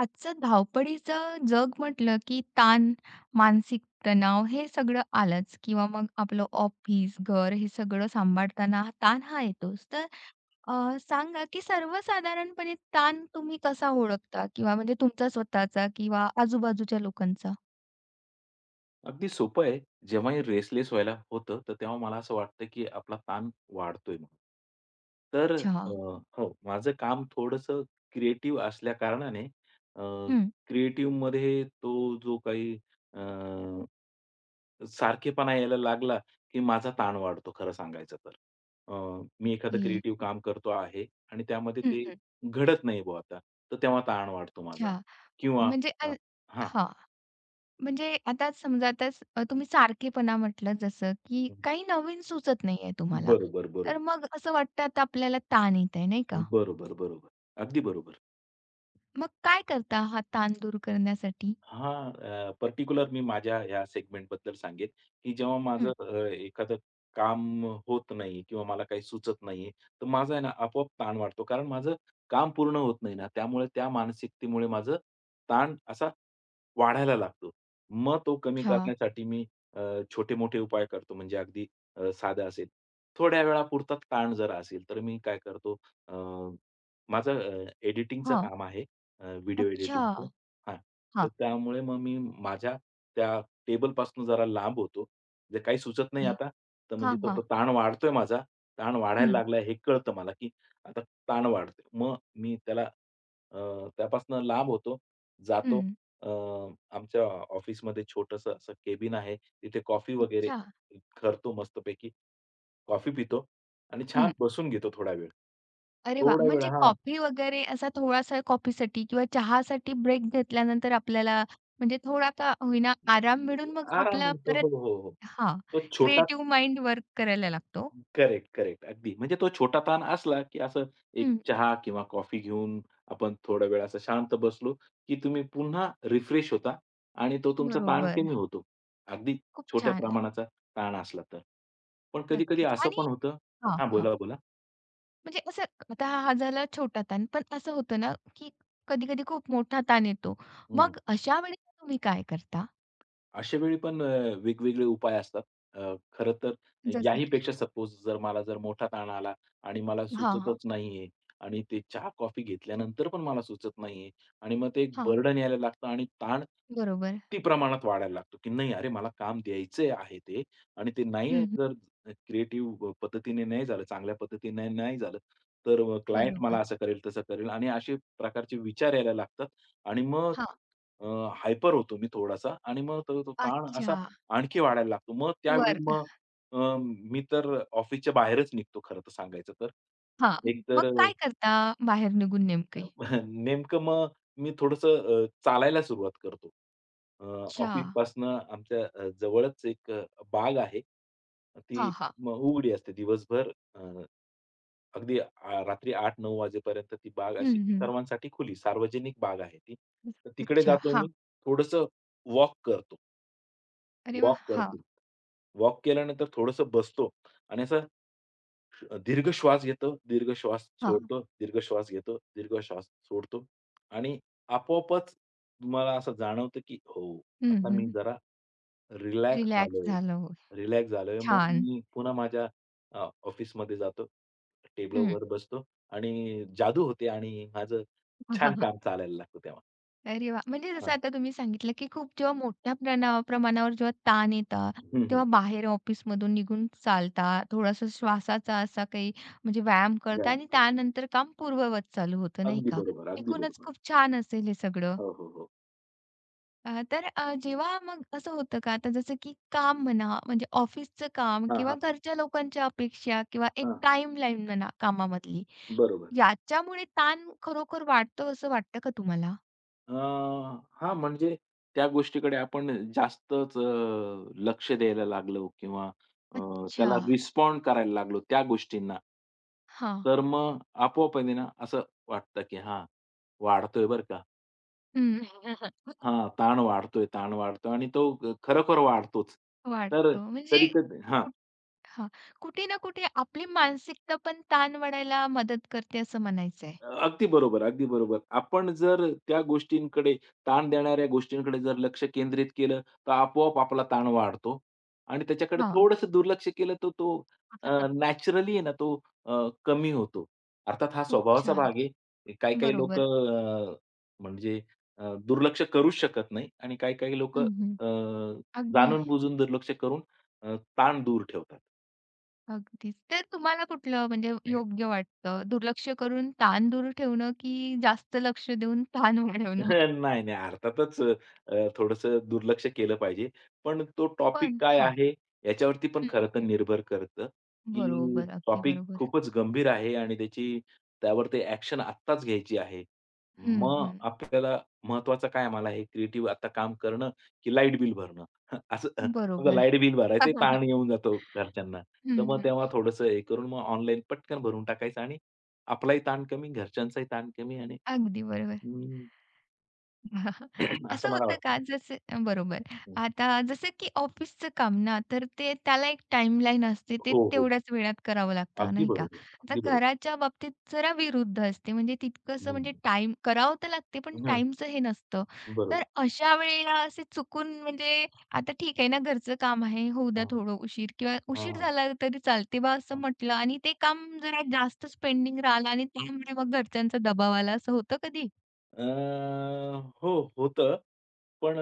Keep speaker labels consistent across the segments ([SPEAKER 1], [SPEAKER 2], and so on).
[SPEAKER 1] आजचं धावपळीचं जग म्हटलं, की ताण, मानसिक तणाव हे सगळं आलंच किंवा मग आपलं ऑफिस, घर हे सगळं सांभाळताना हा ताण हा येतोच. तर अ, सांगा, की सर्वसाधारणपणे ताण तुम्ही कसा ओळखता? किंवा म्हणजे तुमचा स्वतःचा किंवा आजूबाजूच्या लोकांचा?
[SPEAKER 2] अगदी सोपं आहे. जेव्हाही रेसलेस व्हायला होतं, तर तेव्हा मला असं वाटतं, की आपला ताण वाढतोय म्हणून. तर
[SPEAKER 1] अच्छा.
[SPEAKER 2] अ, हो, माझं काम थोडंसं क्रिएटिव्ह असल्या कारणाने अ,
[SPEAKER 1] हं.
[SPEAKER 2] क्रिएटिव्हमध्ये तो जो काही अ, सारखेपणा यायला लागला, की माझा ताण वाढतो खरं सांगायचं तर. अ, मी एखादं
[SPEAKER 1] की
[SPEAKER 2] क्रिएटिव्ह काम करतो आहे आणि त्यामध्ये
[SPEAKER 1] हं,
[SPEAKER 2] ते
[SPEAKER 1] हं.
[SPEAKER 2] घडत नाही बुवा आता, तर तेव्हा ताण वाढतो माझा
[SPEAKER 1] अच्छा.
[SPEAKER 2] किंवा
[SPEAKER 1] म्हणजे
[SPEAKER 2] अ, हां,
[SPEAKER 1] हां. म्हणजे आता समजा आता तुम्ही सारखेपणा म्हटलं जसं, की काही नवीन सुचत नाहीये तुम्हाला.
[SPEAKER 2] बरोबर, बरोबर.
[SPEAKER 1] तर मग असं वाटतं आता आपल्याला ताण येत आहे, नाही का?
[SPEAKER 2] बरोबर, बरोबर. अगदी बरोबर.
[SPEAKER 1] मग काय करता हा ताण दूर करण्यासाठी?
[SPEAKER 2] हां, पर्टिक्युलर मी माझ्या ह्या सेगमेंटबद्दल सांगेन, की जेव्हा माझं
[SPEAKER 1] हं.
[SPEAKER 2] एखादं काम होत नाही किंवा मला काही सुचत नाहीये, तर माझा आहे ना आपोआप ताण वाढतो. कारण माझं काम पूर्ण होत नाही ना, त्यामुळे त्या मानसिकतेमुळे माझं ताण असा वाढायला लागतो. मग तो कमी
[SPEAKER 1] अच्छा.
[SPEAKER 2] करण्यासाठी मी छोटे-मोठे उपाय करतो. म्हणजे अगदी साधा असेल. थोड्या वेळापुरता ताण जर असेल, तर मी काय करतो अ, माझं एडिटिंगचं
[SPEAKER 1] हां.
[SPEAKER 2] काम आहे. व्हिडिओ
[SPEAKER 1] अच्छा.
[SPEAKER 2] एडिटिंगचं हां. तर
[SPEAKER 1] हां.
[SPEAKER 2] त्यामुळे मग मी माझ्या त्या टेबलपासून जरा लांब होतो. जे काही सुचत नाही
[SPEAKER 1] हे.
[SPEAKER 2] आता, तर
[SPEAKER 1] हां,
[SPEAKER 2] म्हणजे तो
[SPEAKER 1] हां.
[SPEAKER 2] तो ताण वाढतोय माझा. ताण वाढायला
[SPEAKER 1] हं,
[SPEAKER 2] लागलाय हे कळतं मला, की आता ताण वाढतोय. मग मी त्याला अ, त्यापासून लांब होतो, जातो
[SPEAKER 1] हं.
[SPEAKER 2] अ, आमच्या ऑफिसमध्ये छोटंसं असं केबिन आहे. तिथे कॉफी वगैरे
[SPEAKER 1] अच्छा.
[SPEAKER 2] करतो मस्तपैकी. कॉफी पितो आणि छान
[SPEAKER 1] हं.
[SPEAKER 2] बसून घेतो थोडा वेळ.
[SPEAKER 1] अरे वाह!
[SPEAKER 2] थोडा वेळ
[SPEAKER 1] म्हणजे
[SPEAKER 2] हां.
[SPEAKER 1] कॉफी वगैरे असा थोडासा कॉफीसाठी किंवा चहासाठी ब्रेक घेतल्यानंतर आपल्याला म्हणजे थोडा का होईना आराम मिळून मग
[SPEAKER 2] आराम
[SPEAKER 1] आपला
[SPEAKER 2] मिळतो.
[SPEAKER 1] परत
[SPEAKER 2] हो, हो, हो.
[SPEAKER 1] हां,
[SPEAKER 2] तो छोटा
[SPEAKER 1] क्रिएटिव्ह माइंड वर्क करायला लागतो.
[SPEAKER 2] Correct, correct. अगदी. म्हणजे तो छोटा ताण असला, की असं एक चहा किंवा कॉफी घेऊन आपण थोडा वेळ असं शांत बसलो, की तुम्ही पुन्हा रिफ्रेश होता आणि तो तुमचा ताण
[SPEAKER 1] बरोबर.
[SPEAKER 2] कमी होतो. अगदी
[SPEAKER 1] खूप
[SPEAKER 2] छोट्या
[SPEAKER 1] छान.
[SPEAKER 2] प्रमाणाचा ताण असला तर. पण कधी-कधी
[SPEAKER 1] नक्कीच.
[SPEAKER 2] असं
[SPEAKER 1] आणि
[SPEAKER 2] पण होतं
[SPEAKER 1] हां,
[SPEAKER 2] हां,
[SPEAKER 1] हां.
[SPEAKER 2] बोला, बोला.
[SPEAKER 1] म्हणजे असं आता हा झाला छोटा ताण. पण असं होतं ना, की कधी-कधी खूप मोठा ताण येतो. मग अशा वेळी तुम्ही काय करता?
[SPEAKER 2] अशा वेळी पण वेगवेगळे उपाय असतात. खरं तर
[SPEAKER 1] जसं
[SPEAKER 2] याही
[SPEAKER 1] की
[SPEAKER 2] पेक्षा सपोज जर मला मोठा ताण आला आणि मला
[SPEAKER 1] हां, हां.
[SPEAKER 2] सुचतच नाहीये आणि ते चहा-कॉफी घेतल्यानंतर पण मला सुचत नाहीये आणि मग ते एक
[SPEAKER 1] हां.
[SPEAKER 2] बर्डन यायला लागतं आणि ताण
[SPEAKER 1] बरोबर.
[SPEAKER 2] ती प्रमाणात वाढायला लागतो, की नाही अरे मला काम द्यायचे आहे ते आणि ते नाही
[SPEAKER 1] हं, हं.
[SPEAKER 2] जर क्रिएटिव्ह पद्धतीने नाही झालं, चांगल्या पद्धतीने नाही झालं, तर क्लायंट मला
[SPEAKER 1] बरोबर.
[SPEAKER 2] असं करेल, तसं करेल आणि अशा प्रकारचे विचार यायला लागतात आणि मग
[SPEAKER 1] हां.
[SPEAKER 2] अ, हायपर होतो मी थोडासा आणि मग तो तो ताण असा
[SPEAKER 1] अच्छा.
[SPEAKER 2] आणखी वाढायला लागतो. मग
[SPEAKER 1] वर
[SPEAKER 2] त्यावेळी मग मी तर ऑफिसच्या बाहेरच निघतो खरं तर सांगायचं तर.
[SPEAKER 1] हां.
[SPEAKER 2] एकतर
[SPEAKER 1] मग
[SPEAKER 2] अ
[SPEAKER 1] काय करता बाहेर निघून नेमके?
[SPEAKER 2] नेमकं मग मी थोडंसं चालायला सुरुवात करतो. अ,
[SPEAKER 1] अच्छा.
[SPEAKER 2] ऑफिसपासनं आमच्या जवळच एक बाग आहे. ती
[SPEAKER 1] हां, हां.
[SPEAKER 2] मग उघडी असते दिवसभर. अ, अगदी रात्री 8:00-9:00 वाजेपर्यंत ती बाग अशी
[SPEAKER 1] हं, हं.
[SPEAKER 2] सर्वांसाठी खुली, सार्वजनिक बाग आहे ती. तर तिकडे
[SPEAKER 1] अच्छा.
[SPEAKER 2] जातो
[SPEAKER 1] हां.
[SPEAKER 2] मी. थोडंसं वॉक करतो.
[SPEAKER 1] अरे
[SPEAKER 2] वॉक
[SPEAKER 1] वाह!
[SPEAKER 2] करतो.
[SPEAKER 1] हां,
[SPEAKER 2] वॉक केल्यानंतर थोडंसं बसतो आणि असं दीर्घ श्वास घेतो, दीर्घ श्वास
[SPEAKER 1] हां.
[SPEAKER 2] सोडतो, दीर्घ श्वास घेतो, दीर्घ श्वास सोडतो आणि आपोआपच तुम्हाला असं जाणवतं, की हो,
[SPEAKER 1] हं,
[SPEAKER 2] आता
[SPEAKER 1] हं.
[SPEAKER 2] मी जरा रिलॅक्स
[SPEAKER 1] रिलॅक्स
[SPEAKER 2] झालोय.
[SPEAKER 1] झालं. हो.
[SPEAKER 2] रिलॅक्स झालोय. मग
[SPEAKER 1] छान.
[SPEAKER 2] मी पुन्हा माझ्या ऑफिसमध्ये जातो.
[SPEAKER 1] हं.
[SPEAKER 2] टेबलवर बसतो आणि जादू होते आणि माझं छान काम चालायला लागतं तेव्हा.
[SPEAKER 1] अरे वाह! म्हणजे
[SPEAKER 2] हां.
[SPEAKER 1] जसं आता तुम्ही सांगितलं, की खूप जेव्हा मोठ्या प्रमाणावर जेव्हा ताण येतात,
[SPEAKER 2] हं, हं.
[SPEAKER 1] तेव्हा बाहेर ऑफिसमधून निघून चालता, थोडासा श्वासाचा असा काही म्हणजे व्यायाम करता
[SPEAKER 2] व्यायाम
[SPEAKER 1] आणि
[SPEAKER 2] करतो.
[SPEAKER 1] त्यानंतर काम पूर्ववत चालू होतं, नाही
[SPEAKER 2] अगदी
[SPEAKER 1] का?
[SPEAKER 2] बरोबर, अगदी
[SPEAKER 1] एकूणच
[SPEAKER 2] बरोबर.
[SPEAKER 1] खूप छान असेल हे सगळं.
[SPEAKER 2] हो, हो, हो.
[SPEAKER 1] तर जेव्हा मग असं होतं का, आता जसं की काम म्हणा, म्हणजे ऑफिसचं काम
[SPEAKER 2] हां,
[SPEAKER 1] किंवा
[SPEAKER 2] हां.
[SPEAKER 1] घरच्या लोकांच्या अपेक्षा किंवा एक
[SPEAKER 2] हां.
[SPEAKER 1] टाईमलाईन म्हणा कामामधली,
[SPEAKER 2] बरोबर.
[SPEAKER 1] याच्यामुळे ताण खरोखर वाढतो असं वाटतं का तुम्हाला?
[SPEAKER 2] हां, म्हणजे त्या गोष्टीकडे आपण जास्तच लक्ष द्यायला लागलो किंवा अ,
[SPEAKER 1] अच्छा.
[SPEAKER 2] त्याला रिस्पॉन्ड करायला लागलो त्या गोष्टींना.
[SPEAKER 1] हां.
[SPEAKER 2] तर मग आपोआप आहे ना, असं वाटतं की हां, वाढतोय बरं का.
[SPEAKER 1] हं.
[SPEAKER 2] हां, ताण वाढतोय, ताण वाढतोय आणि तो खरोखर वाढतोच. तर
[SPEAKER 1] वाढतो. म्हणजे
[SPEAKER 2] कधी-कधी हां.
[SPEAKER 1] कुठ हां. कुठे ना कुठे आपली मानसिकता पण ताण वाढायला मदत करते असं म्हणायचं आहे.
[SPEAKER 2] अगदी बरोबर, अगदी बरोबर. आपण जर त्या गोष्टींकडे, ताण देणाऱ्या गोष्टींकडे जर लक्ष केंद्रित केलं, तर आपोआप आपला ताण वाढतो आणि त्याच्याकडे
[SPEAKER 1] हां.
[SPEAKER 2] थोडंसं दुर्लक्ष केलं, तर तो नॅचरली आहे ना, तो कमी होतो. अर्थात हा
[SPEAKER 1] खूप
[SPEAKER 2] स्वभावाचा
[SPEAKER 1] छान.
[SPEAKER 2] भाग आहे. काही-काही
[SPEAKER 1] बरोबर.
[SPEAKER 2] लोकं म्हणजे दुर्लक्ष करूच शकत नाही आणि काही-काही लोकं
[SPEAKER 1] हं, हं. अगदी,
[SPEAKER 2] जाणून-बुजून दुर्लक्ष करून ताण दूर ठेवतात.
[SPEAKER 1] अगदीच. तर तुम्हाला कुठलं म्हणजे योग्य वाटतं? दुर्लक्ष करून ताण दूर ठेवणं की जास्त लक्ष देऊन ताण वाढवणं?
[SPEAKER 2] नाही, नाही. अर्थातच थोडंसं दुर्लक्ष केलं पाहिजे. पण तो टॉपिक
[SPEAKER 1] पण
[SPEAKER 2] काय
[SPEAKER 1] हां.
[SPEAKER 2] आहे याच्यावरती पण
[SPEAKER 1] हं,
[SPEAKER 2] खरं तर
[SPEAKER 1] हं.
[SPEAKER 2] निर्भर करतं, की
[SPEAKER 1] बरोबर. अगदी
[SPEAKER 2] टॉपिक
[SPEAKER 1] बरोबर.
[SPEAKER 2] खूपच गंभीर आहे आणि त्याची त्यावरती ॲक्शन आत्ताच घ्यायची आहे.
[SPEAKER 1] हं,
[SPEAKER 2] मग
[SPEAKER 1] हं.
[SPEAKER 2] आपल्याला महत्वाचं काय मला हे क्रिएटिव्ह आता काम करणं, की लाईट बिल भरणं? असं समजा
[SPEAKER 1] बरोबर.
[SPEAKER 2] लाईट बिल भरायचा ताण येऊन जातो घरच्यांना. तर
[SPEAKER 1] हं,
[SPEAKER 2] मग
[SPEAKER 1] हं.
[SPEAKER 2] तेव्हा थोडंसं हे करून मग ऑनलाईन पटकन भरून टाकायचं आणि आपलाही ताण कमी, घरच्यांचाही ताण कमी आणि
[SPEAKER 1] अगदी बरोबर. असं
[SPEAKER 2] असं मला
[SPEAKER 1] होतं
[SPEAKER 2] वाटतं.
[SPEAKER 1] का? जसे बरोबर.
[SPEAKER 2] हं.
[SPEAKER 1] आता जसं की ऑफिसचं काम ना, तर ते त्याला एक टाईमलाईन असते. ते
[SPEAKER 2] हो, हो.
[SPEAKER 1] तेवढ्याच वेळात करावं लागतं,
[SPEAKER 2] अगदी
[SPEAKER 1] नाही का?
[SPEAKER 2] बरोबर.
[SPEAKER 1] आता
[SPEAKER 2] अगदी बरोबर.
[SPEAKER 1] घराच्या बाबतीत जरा विरुद्ध असते. म्हणजे तितकंसं
[SPEAKER 2] हं.
[SPEAKER 1] म्हणजे टाईम करावं तर लागते, पण
[SPEAKER 2] हं.
[SPEAKER 1] टाईमचं हे नसतं.
[SPEAKER 2] बरोबर.
[SPEAKER 1] तर अशा वेळेला असे चुकून म्हणजे आता ठीक आहे ना, घरचं काम आहे, होऊ द्या
[SPEAKER 2] हां.
[SPEAKER 1] थोडं उशीर किंवा
[SPEAKER 2] हां,
[SPEAKER 1] उशीर
[SPEAKER 2] हां.
[SPEAKER 1] झाला तरी चालते बा, असं म्हटलं आणि ते काम जरा जास्तच पेंडिंग राहिलं आणि त्यामुळे मग घरच्यांचा दबाव आला, असं होतं कधी?
[SPEAKER 2] अ, हो होतं. पण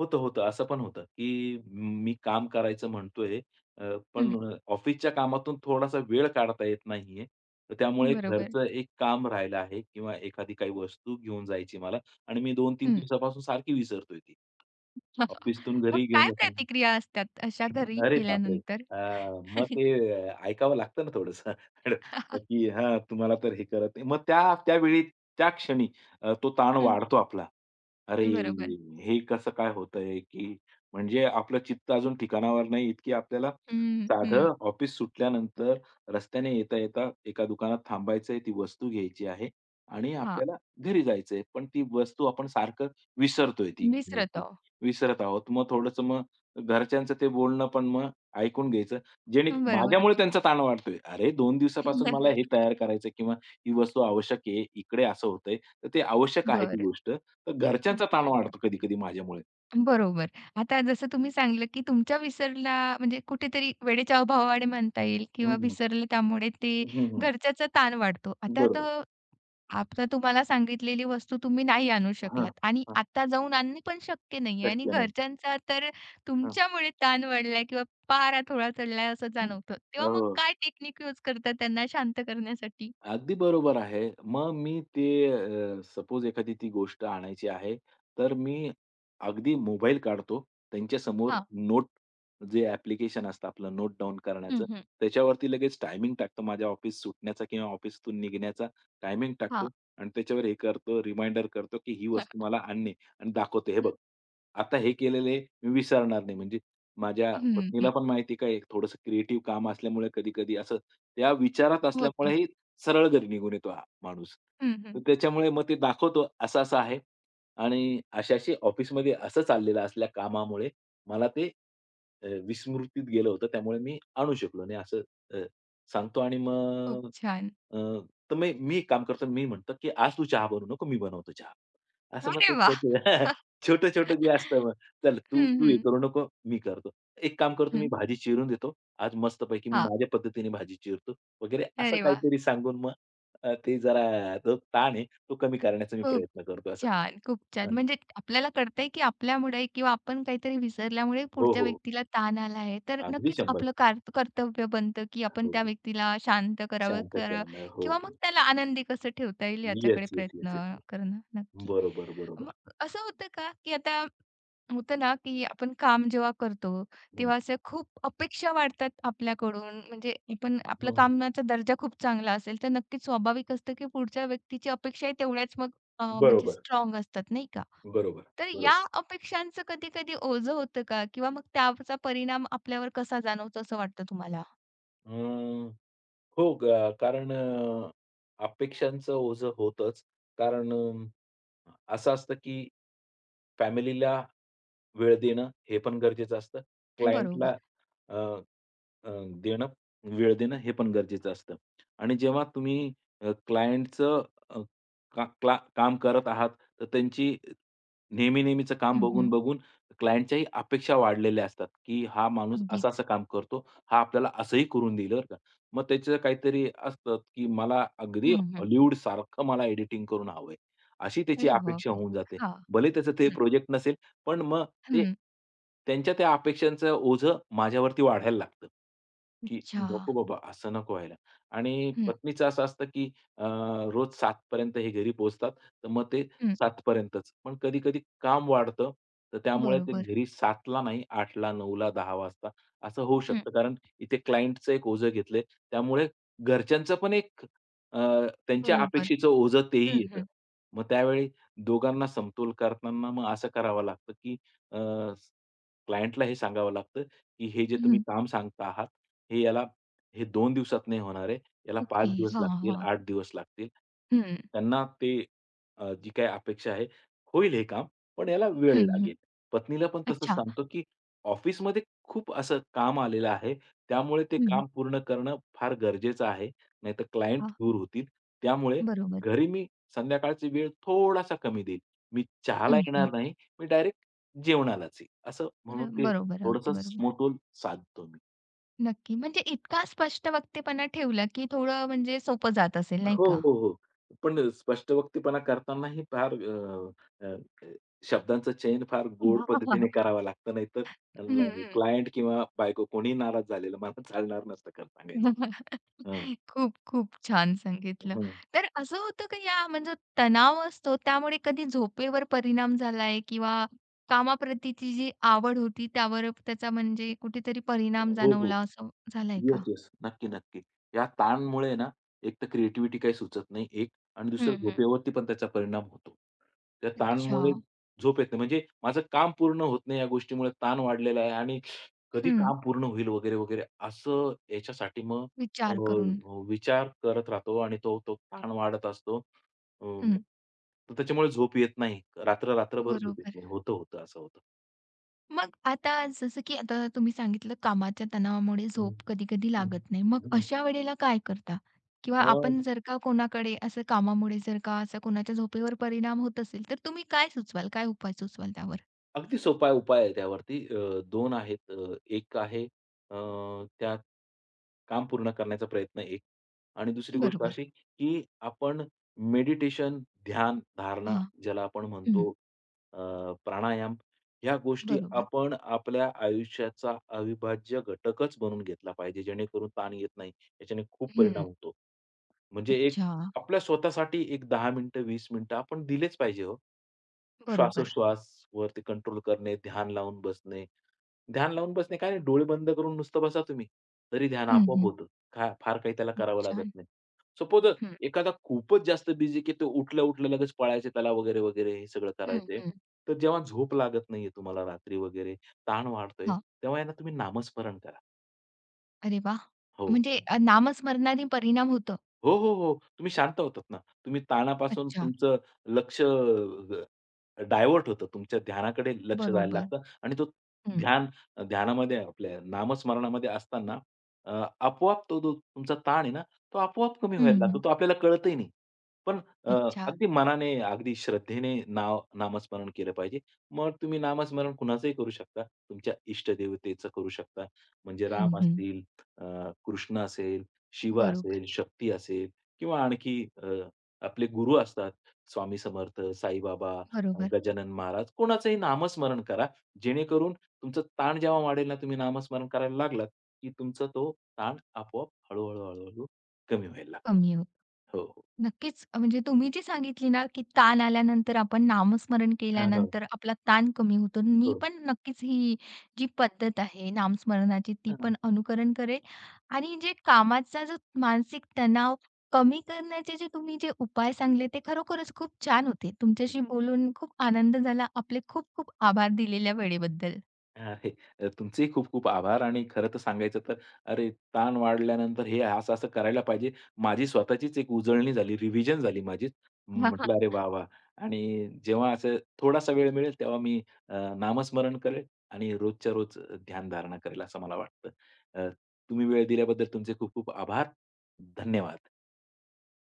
[SPEAKER 2] होतं, होतं. असं पण होतं, की मी काम करायचं म्हणतोय, पण
[SPEAKER 1] हं,
[SPEAKER 2] ऑफिसच्या कामातून थोडासा वेळ काढता येत नाहीये. तर त्यामुळे
[SPEAKER 1] बरोबर.
[SPEAKER 2] घरचं एक काम राहिलं आहे किंवा एखादी काही वस्तू घेऊन जायची मला आणि मी 2-3 दिवसापासून सारखी विसरतोय ती. ऑफिसतून
[SPEAKER 1] मग
[SPEAKER 2] घरी घेऊन
[SPEAKER 1] काय
[SPEAKER 2] जाताना.
[SPEAKER 1] प्रतिक्रिया असतात अशा घरी
[SPEAKER 2] अरे बापरे!
[SPEAKER 1] गेल्यानंतर?
[SPEAKER 2] अ, मग ते ऐकावं लागतं ना थोडंसं, की हां, तुम्हाला तर हे करत नाही. मग त्या त्यावेळी, त्या क्षणी तो ताण
[SPEAKER 1] हं,
[SPEAKER 2] वाढतो आपला. अरे,
[SPEAKER 1] बरोबर.
[SPEAKER 2] हे कसं काय होतंय, की म्हणजे आपलं चित्त अजून ठिकाणावर नाही, इतकी आपल्याला
[SPEAKER 1] हं, हं.
[SPEAKER 2] साधं ऑफिस सुटल्यानंतर रस्त्याने येता-येता एका दुकानात थांबायचंय, ती वस्तू घ्यायची आहे आणि
[SPEAKER 1] हां,
[SPEAKER 2] आपल्याला घरी जायचंय. पण ती वस्तू आपण सारखं विसरतोय ती घेण्याची.
[SPEAKER 1] मिसळतो.
[SPEAKER 2] विसरत आहोत. मग थोडंसं मग घरच्यांचं ते बोलणं पण मग ऐकून घ्यायचं. जेणे
[SPEAKER 1] बरोबर.
[SPEAKER 2] माझ्यामुळे त्यांचा ताण वाढतोय. "अरे, 2 दिवसापासून मला हे तयार करायचंय किंवा ही वस्तू आवश्यक आहे. इकडे असं होतंय. तर ते आवश्यक आहे ती
[SPEAKER 1] बरं.
[SPEAKER 2] गोष्ट. तर घरच्यांचा ताण
[SPEAKER 1] हं,
[SPEAKER 2] वाढतो कधी-कधी माझ्यामुळे.
[SPEAKER 1] बरोबर. आता जसं तुम्ही सांगितलं, की तुमच्या विसरला म्हणजे कुठेतरी वेळेच्या अभावाने म्हणता येईल किंवा
[SPEAKER 2] हं, हं.
[SPEAKER 1] विसरलं त्यामुळे ते
[SPEAKER 2] हं,
[SPEAKER 1] घरच्याचा ताण वाढतो. आता
[SPEAKER 2] बरोबर.
[SPEAKER 1] तर आता तुम्हाला सांगितलेली वस्तू तुम्ही नाही आणू
[SPEAKER 2] हां,
[SPEAKER 1] शकलात आणि
[SPEAKER 2] हां.
[SPEAKER 1] आता जाऊन आणणे पण शक्य नाहीये आणि
[SPEAKER 2] शक्य नाही.
[SPEAKER 1] घरच्यांचा तर
[SPEAKER 2] हां,
[SPEAKER 1] तुमच्यामुळे ताण वाढलाय किंवा पारा थोडा चढलाय असं
[SPEAKER 2] हं.
[SPEAKER 1] जाणवतं. तेव्हा मग
[SPEAKER 2] हो.
[SPEAKER 1] काय टेक्निक यूज करता त्यांना शांत करण्यासाठी?
[SPEAKER 2] अगदी बरोबर आहे. मग मी ते सपोज एखादी ती गोष्ट आणायची आहे, तर मी अगदी मोबाईल काढतो. त्यांच्या समोर
[SPEAKER 1] हां.
[SPEAKER 2] नोट जे ॲप्लिकेशन असतं आपलं नोट डाउन
[SPEAKER 1] हं,
[SPEAKER 2] करण्याचं,
[SPEAKER 1] हं.
[SPEAKER 2] त्याच्यावरती लगेच टायमिंग टाकतो. माझ्या ऑफिस सुटण्याचा किंवा ऑफिसतून निघण्याचा टायमिंग टाकतो
[SPEAKER 1] हां.
[SPEAKER 2] आणि त्याच्यावर हे करतो, रिमाइंडर करतो, की ही वस्तू मला आणणे आणि दाखवतो, "हे
[SPEAKER 1] हं.
[SPEAKER 2] बघ, आता हे केलेलं मी विसरणार नाही." म्हणजे माझ्या
[SPEAKER 1] हं,
[SPEAKER 2] पत्नीला
[SPEAKER 1] हं.
[SPEAKER 2] पण माहिती आहे, का एक थोडंसं क्रिएटिव्ह काम असल्यामुळे कधी-कधी असं त्या विचारात
[SPEAKER 1] होतं.
[SPEAKER 2] असल्यामुळे सरळ घरी निघून येतो हा माणूस.
[SPEAKER 1] हं, हं.
[SPEAKER 2] तर त्याच्यामुळे मग ते दाखवतो असं-असं आहे आणि अशी-अशी ऑफिसमध्ये असं चाललेलं असल्या कामामुळे मला ते विस्मृतीत गेलं होतं. त्यामुळे मी आणू शकलो नाही असं अ, सांगतो आणि
[SPEAKER 1] खूप
[SPEAKER 2] मग
[SPEAKER 1] छान.
[SPEAKER 2] अ, तर मी मी एक काम करतो. मी म्हणतो, की "आज तू चहा बनवू नको, मी बनवतो चहा." असं मग
[SPEAKER 1] अरे
[SPEAKER 2] ते
[SPEAKER 1] वाह!
[SPEAKER 2] छोटे छोटं-छोटं जे असतं मग, "चल तू
[SPEAKER 1] हं,
[SPEAKER 2] तू हे
[SPEAKER 1] हं.
[SPEAKER 2] करू नको, मी करतो. एक काम करतो, मी
[SPEAKER 1] हं.
[SPEAKER 2] भाजी चिरून देतो. आज मस्तपैकी मी
[SPEAKER 1] हां.
[SPEAKER 2] माझ्या पद्धतीने भाजी चिरतो" वगैरे असं
[SPEAKER 1] अरे वाह!
[SPEAKER 2] काहीतरी सांगून मग ते जरा जो ताण आहे तो कमी करण्याचा मी
[SPEAKER 1] खूप
[SPEAKER 2] प्रयत्न करतो असं.
[SPEAKER 1] छान, खूप छान.
[SPEAKER 2] हां.
[SPEAKER 1] म्हणजे आपल्याला कळतंय, की आपल्यामुळे किंवा आपण काहीतरी विसरल्यामुळे
[SPEAKER 2] हो,
[SPEAKER 1] पुढच्या
[SPEAKER 2] हो.
[SPEAKER 1] व्यक्तीला ताण आला आहे. तर
[SPEAKER 2] अगदी
[SPEAKER 1] नक्कीच
[SPEAKER 2] 100.
[SPEAKER 1] आपलं कर्तव्य बनतं, की आपण
[SPEAKER 2] हो,
[SPEAKER 1] त्या
[SPEAKER 2] हो.
[SPEAKER 1] व्यक्तीला शांत करावं
[SPEAKER 2] शांत
[SPEAKER 1] करा
[SPEAKER 2] करणं. हो,
[SPEAKER 1] किंवा मग
[SPEAKER 2] हो.
[SPEAKER 1] त्याला आनंदी कसं ठेवता येईल याच्याकडे
[SPEAKER 2] येस, येस, येस,
[SPEAKER 1] प्रयत्न
[SPEAKER 2] येस.
[SPEAKER 1] करणं नक्की.
[SPEAKER 2] बरोबर,
[SPEAKER 1] मग
[SPEAKER 2] बरोबर.
[SPEAKER 1] असं होतं का, की आता होतं ना, की आपण काम जेव्हा करतो,
[SPEAKER 2] हं,
[SPEAKER 1] तेव्हा अशा खूप अपेक्षा वाढतात आपल्याकडून. म्हणजे आपण आपलं
[SPEAKER 2] हं,
[SPEAKER 1] कामाचा दर्जा खूप चांगला असेल, तर नक्कीच स्वाभाविक असतं, की पुढच्या व्यक्तीची अपेक्षाही तेवढ्याच मग म्हणजे
[SPEAKER 2] बरोबर,
[SPEAKER 1] स्ट्रॉंग असतात नाही का?
[SPEAKER 2] बरोबर,
[SPEAKER 1] तर
[SPEAKER 2] बरोबर.
[SPEAKER 1] या अपेक्षांचं कधी-कधी ओझं होतं का? किंवा मग त्याचा परिणाम आपल्यावर कसा जाणवतो असं वाटतं तुम्हाला?
[SPEAKER 2] अं हो, ग कारण अपेक्षांचं ओझं होतंच. कारण असं असतं की फॅमिलीला वेळ देणं हे पण गरजेचं असतं. क्लायंटला
[SPEAKER 1] बरोबर.
[SPEAKER 2] अ, अ, देणं, वेळ देणं हे पण गरजेचं असतं. आणि जेव्हा तुम्ही क्लायंटचं अ, का क्ला काम करत आहात, तर त्यांची नेहमी-नेहमीचं काम
[SPEAKER 1] हं, हं.
[SPEAKER 2] बघून-बघून क्लायंटच्याही अपेक्षा वाढलेल्या असतात, की हा माणूस
[SPEAKER 1] अगदीच.
[SPEAKER 2] असं-असं काम करतो. हा आपल्याला असंही करून देईल बरं का. मग त्याचं काहीतरी असतं, की मला अगदी
[SPEAKER 1] हं, हं.
[SPEAKER 2] हॉलिवूडसारखं मला एडिटिंग करून हवंय, अशी त्याची
[SPEAKER 1] अरे
[SPEAKER 2] अपेक्षा
[SPEAKER 1] बापरे!
[SPEAKER 2] होऊन जाते.
[SPEAKER 1] हां.
[SPEAKER 2] भले त्याचं ते
[SPEAKER 1] हं.
[SPEAKER 2] प्रोजेक्ट नसेल पण मग ते
[SPEAKER 1] हं.
[SPEAKER 2] त्यांच्या त्या अपेक्षांचं ओझं माझ्यावरती वाढायला लागतं, की
[SPEAKER 1] अच्छा.
[SPEAKER 2] नको बाबा असं नको व्हायला. आणि
[SPEAKER 1] हं,
[SPEAKER 2] पत्नीचं असं असतं, की अ, रोज 7:00 पर्यंत हे घरी पोहोचतात, तर मग ते
[SPEAKER 1] हं.
[SPEAKER 2] 7:00 पर्यंतच. पण कधी-कधी काम वाढतं, तर त्यामुळे ते
[SPEAKER 1] बरोबर.
[SPEAKER 2] घरी 7:00 नाही 8:00 ला, 9:00 ला, वाजता असं होऊ
[SPEAKER 1] हं.
[SPEAKER 2] शकतं. कारण इथे क्लायंटचं एक ओझं घेतलंय, त्यामुळे घरच्यांचं पण एक अ, त्यांच्या
[SPEAKER 1] बरोबर.
[SPEAKER 2] अपेक्षेचं ओझं तेही
[SPEAKER 1] हं,
[SPEAKER 2] येतं.
[SPEAKER 1] हं.
[SPEAKER 2] मग त्यावेळी दोघांना समतोल करताना मग असं करावं लागतं, की अ, क्लायंटला हे सांगावं लागतं, की हे जे तुम्ही
[SPEAKER 1] हं.
[SPEAKER 2] काम सांगता आहात, हे याला हे 2 दिवसात नाही होणार आहे. याला 5
[SPEAKER 1] ओके.
[SPEAKER 2] दिवस
[SPEAKER 1] हां,
[SPEAKER 2] लागतील,
[SPEAKER 1] हां.
[SPEAKER 2] 8 दिवस लागतील.
[SPEAKER 1] हं.
[SPEAKER 2] त्यांना ते जी काही अपेक्षा आहे, होईल हे काम, पण याला वेळ
[SPEAKER 1] हं, हं.
[SPEAKER 2] लागेल. पत्नीला पण तसंच
[SPEAKER 1] अच्छा.
[SPEAKER 2] सांगतो, की ऑफिसमध्ये खूप असं काम आलेलं आहे. त्यामुळे ते
[SPEAKER 1] हं.
[SPEAKER 2] काम पूर्ण करणं फार गरजेचं आहे. नाहीतर क्लायंट
[SPEAKER 1] हां.
[SPEAKER 2] दूर होतील. त्यामुळे
[SPEAKER 1] बरोबर.
[SPEAKER 2] घरी मी संध्याकाळची वेळ थोडासा कमी देईल. मी चहाला
[SPEAKER 1] हं, हं.
[SPEAKER 2] येणार नाही, मी डायरेक्ट जेवणालाच येईल. असं म्हणून
[SPEAKER 1] बरं
[SPEAKER 2] ते
[SPEAKER 1] बरोबर.
[SPEAKER 2] थोडंसं
[SPEAKER 1] अगदी बरोबर.
[SPEAKER 2] समतोल साधतो मी.
[SPEAKER 1] नक्की. म्हणजे इतका स्पष्ट वक्तेपणा ठेवला, की थोडं म्हणजे सोपं जात असेल नाही
[SPEAKER 2] हो,
[SPEAKER 1] का?
[SPEAKER 2] हो, हो. पण स्पष्ट वक्तीपणा करतानाही फार अ, अ, अ, शब्दांचं चयन फार गोड पद्धतीने करावं लागतं. नाहीतर
[SPEAKER 1] हं,
[SPEAKER 2] क्लायंट किंवा बायको कोणीही नाराज झालेलं मला चालणार नसतं खरं सांगायचं. हं,
[SPEAKER 1] खूप, खूप छान सांगितलं.
[SPEAKER 2] हं.
[SPEAKER 1] तर असं होतं का या म्हणजे तणाव असतो त्यामुळे कधी झोपेवर परिणाम झालाय किंवा कामाप्रतीची जी आवड होती त्यावर त्याचा म्हणजे कुठेतरी परिणाम
[SPEAKER 2] हो, हो.
[SPEAKER 1] जाणवला असं झालाय
[SPEAKER 2] येस,
[SPEAKER 1] का?
[SPEAKER 2] येस. नक्की, नक्की. या ताणमुळे ना, एक तर क्रिएटिव्हिटी काही सुचत नाही एक आणि दुसरं
[SPEAKER 1] हं, हं.
[SPEAKER 2] झोपेवरती पण त्याचा परिणाम होतो. त्या
[SPEAKER 1] अच्छा.
[SPEAKER 2] ताणमुळे झोप येत नाही. म्हणजे माझं काम पूर्ण होत नाही या गोष्टीमुळे ताण वाढलेला आहे आणि कधी
[SPEAKER 1] हं.
[SPEAKER 2] काम पूर्ण होईल वगैरे, वगैरे असं याच्यासाठी मग अ,
[SPEAKER 1] विचार करून.
[SPEAKER 2] विचार करत राहतो आणि तो तो ताण वाढत असतो. अ,
[SPEAKER 1] हं.
[SPEAKER 2] तर त्याच्यामुळे झोप येत नाही. रात्रभर झोप येत
[SPEAKER 1] बरोबर.
[SPEAKER 2] नाही. होतं, होतं असं होतं.
[SPEAKER 1] मग आता जसं की आता तुम्ही सांगितलं कामाच्या तणावामुळे
[SPEAKER 2] हं.
[SPEAKER 1] झोप कधी-कधी
[SPEAKER 2] हं.
[SPEAKER 1] लागत नाही. मग
[SPEAKER 2] हं.
[SPEAKER 1] अशा वेळेला काय करता? किंवा
[SPEAKER 2] अ
[SPEAKER 1] आपण जर का कोणाकडे असं कामामुळे जर का असा कोणाच्या झोपेवर परिणाम होत असेल, तर तुम्ही काय सुचवाल? काय उपाय सुचवाल त्यावर?
[SPEAKER 2] अगदी सोपा उपाय आहे त्यावरती. अ, 2 आहेत. एक आहे अ, त्यात काम पूर्ण करण्याचा प्रयत्न एक आणि दुसरी गोष्ट
[SPEAKER 1] बरोबर.
[SPEAKER 2] अशी, की आपण मेडिटेशन, ध्यान, धारणा
[SPEAKER 1] हां.
[SPEAKER 2] ज्याला आपण
[SPEAKER 1] हं.
[SPEAKER 2] म्हणतो अ, प्राणायाम ह्या गोष्टी
[SPEAKER 1] बरोबर.
[SPEAKER 2] आपण आपल्या आयुष्याचा अविभाज्य घटकच बनवून घेतला पाहिजे, जेणेकरून ताण येत नाही. याच्याने खूप
[SPEAKER 1] हं.
[SPEAKER 2] परिणाम होतो. म्हणजे एक
[SPEAKER 1] अच्छा.
[SPEAKER 2] आपल्या स्वतःसाठी एक 10 मिनिटं, 20 मिनिटं आपण दिलेच पाहिजे हो.
[SPEAKER 1] बरोबर.
[SPEAKER 2] श्वासोश्वासवरती कंट्रोल करणे, ध्यान लावून बसणे. ध्यान लावून बसणे काय नाही, डोळे बंद करून नुसतं बसा तुम्ही, तरी ध्यान
[SPEAKER 1] हं,
[SPEAKER 2] आपोआप
[SPEAKER 1] हं.
[SPEAKER 2] होतं. का फार काही त्याला
[SPEAKER 1] खूप
[SPEAKER 2] करावं लागत
[SPEAKER 1] छान.
[SPEAKER 2] नाही. सपोज
[SPEAKER 1] हं,
[SPEAKER 2] एखादा खूपच जास्त बिझी की तो उठल्या-उठल्या लगेच पळायचे त्याला वगैरे, वगैरे हे सगळं
[SPEAKER 1] हं,
[SPEAKER 2] करायचंय.
[SPEAKER 1] हं.
[SPEAKER 2] तर जेव्हा झोप लागत नाहीये तुम्हाला रात्री वगैरे, ताण वाढतोय,
[SPEAKER 1] हां.
[SPEAKER 2] तेव्हा आहे तुम्ही नामस्मरण करा.
[SPEAKER 1] अरे वाह!
[SPEAKER 2] हो.
[SPEAKER 1] म्हणजे नामस्मरणाने परिणाम होतो.
[SPEAKER 2] हो, हो, हो. तुम्ही शांत होतात ना. तुम्ही ताणापासून
[SPEAKER 1] अच्छा.
[SPEAKER 2] तुमचं लक्ष डायव्हर्ट होतं. तुमच्या ध्यानाकडे लक्ष जायला
[SPEAKER 1] बरोबर.
[SPEAKER 2] लागतं आणि तो
[SPEAKER 1] हं.
[SPEAKER 2] ध्यान ध्यानामध्ये आपल्या नामस्मरणामध्ये असताना आपोआप तो जो तुमचा ताण आहे ना, तो आपोआप कमी
[SPEAKER 1] हं,
[SPEAKER 2] व्हायला लागतो.
[SPEAKER 1] हं.
[SPEAKER 2] तो आपल्याला कळतही नाही. पण अ,
[SPEAKER 1] अच्छा.
[SPEAKER 2] अगदी मनाने, अगदी श्रद्धेने नामस्मरण केलं पाहिजे. मग तुम्ही नामस्मरण कुणाचंही करू शकता. तुमच्या इष्टदेवतेचं करू शकता. म्हणजे
[SPEAKER 1] हं,
[SPEAKER 2] राम
[SPEAKER 1] हं.
[SPEAKER 2] असतील, कृष्ण असेल शिव
[SPEAKER 1] बरोबर,
[SPEAKER 2] असेल, शक्ती असेल किंवा आणखी आपले गुरु असतात. स्वामी समर्थ, साईबाबा,
[SPEAKER 1] बरोबर.
[SPEAKER 2] गजानन महाराज कोणाचंही नामस्मरण करा. जेणेकरून तुमचं ताण जेव्हा वाढेल ना, तुम्ही नामस्मरण करायला लागलात, की तुमचा तो ताण आपोआप हळू-हळू, हळू-हळू कमी व्हायला लागतो.
[SPEAKER 1] कमी होतं.
[SPEAKER 2] हो, हो.
[SPEAKER 1] नक्कीच म्हणजे तुम्ही जी सांगितली ना, की ताण आल्यानंतर आपण नामस्मरण
[SPEAKER 2] हां, हां.
[SPEAKER 1] केल्यानंतर आपला ताण कमी होतो. मी
[SPEAKER 2] हो.
[SPEAKER 1] पण नक्कीच ही जी पद्धत आहे नामस्मरणाची ती
[SPEAKER 2] हां.
[SPEAKER 1] पण अनुकरण करेल आणि जे कामाचा जो मानसिक तणाव कमी करण्याचे जे तुम्ही जे उपाय सांगले ते खरोखरच खूप छान होते. तुमच्याशी बोलून खूप आनंद झाला. आपले खूप खूप आभार दिलेल्या वेळेबद्दल.
[SPEAKER 2] आहे. तुमचेही खूप खूप आभार आणि खरं तर सांगायचं तर, अरे, ताण वाढल्यानंतर हे असं-असं करायला पाहिजे. माझी स्वतःचीच एक उजळणी झाली, रिव्हिजन झाली माझी. म्हटलं, "अरे वाह! वाह!" आणि जेव्हा असं थोडासा वेळ मिळेल तेव्हा मी नामस्मरण करेल आणि रोजच्या रोज ध्यानधारणा करेल असं मला वाटतं. अ, तुम्ही वेळ दिल्याबद्दल तुमचे खूप खूप आभार. धन्यवाद.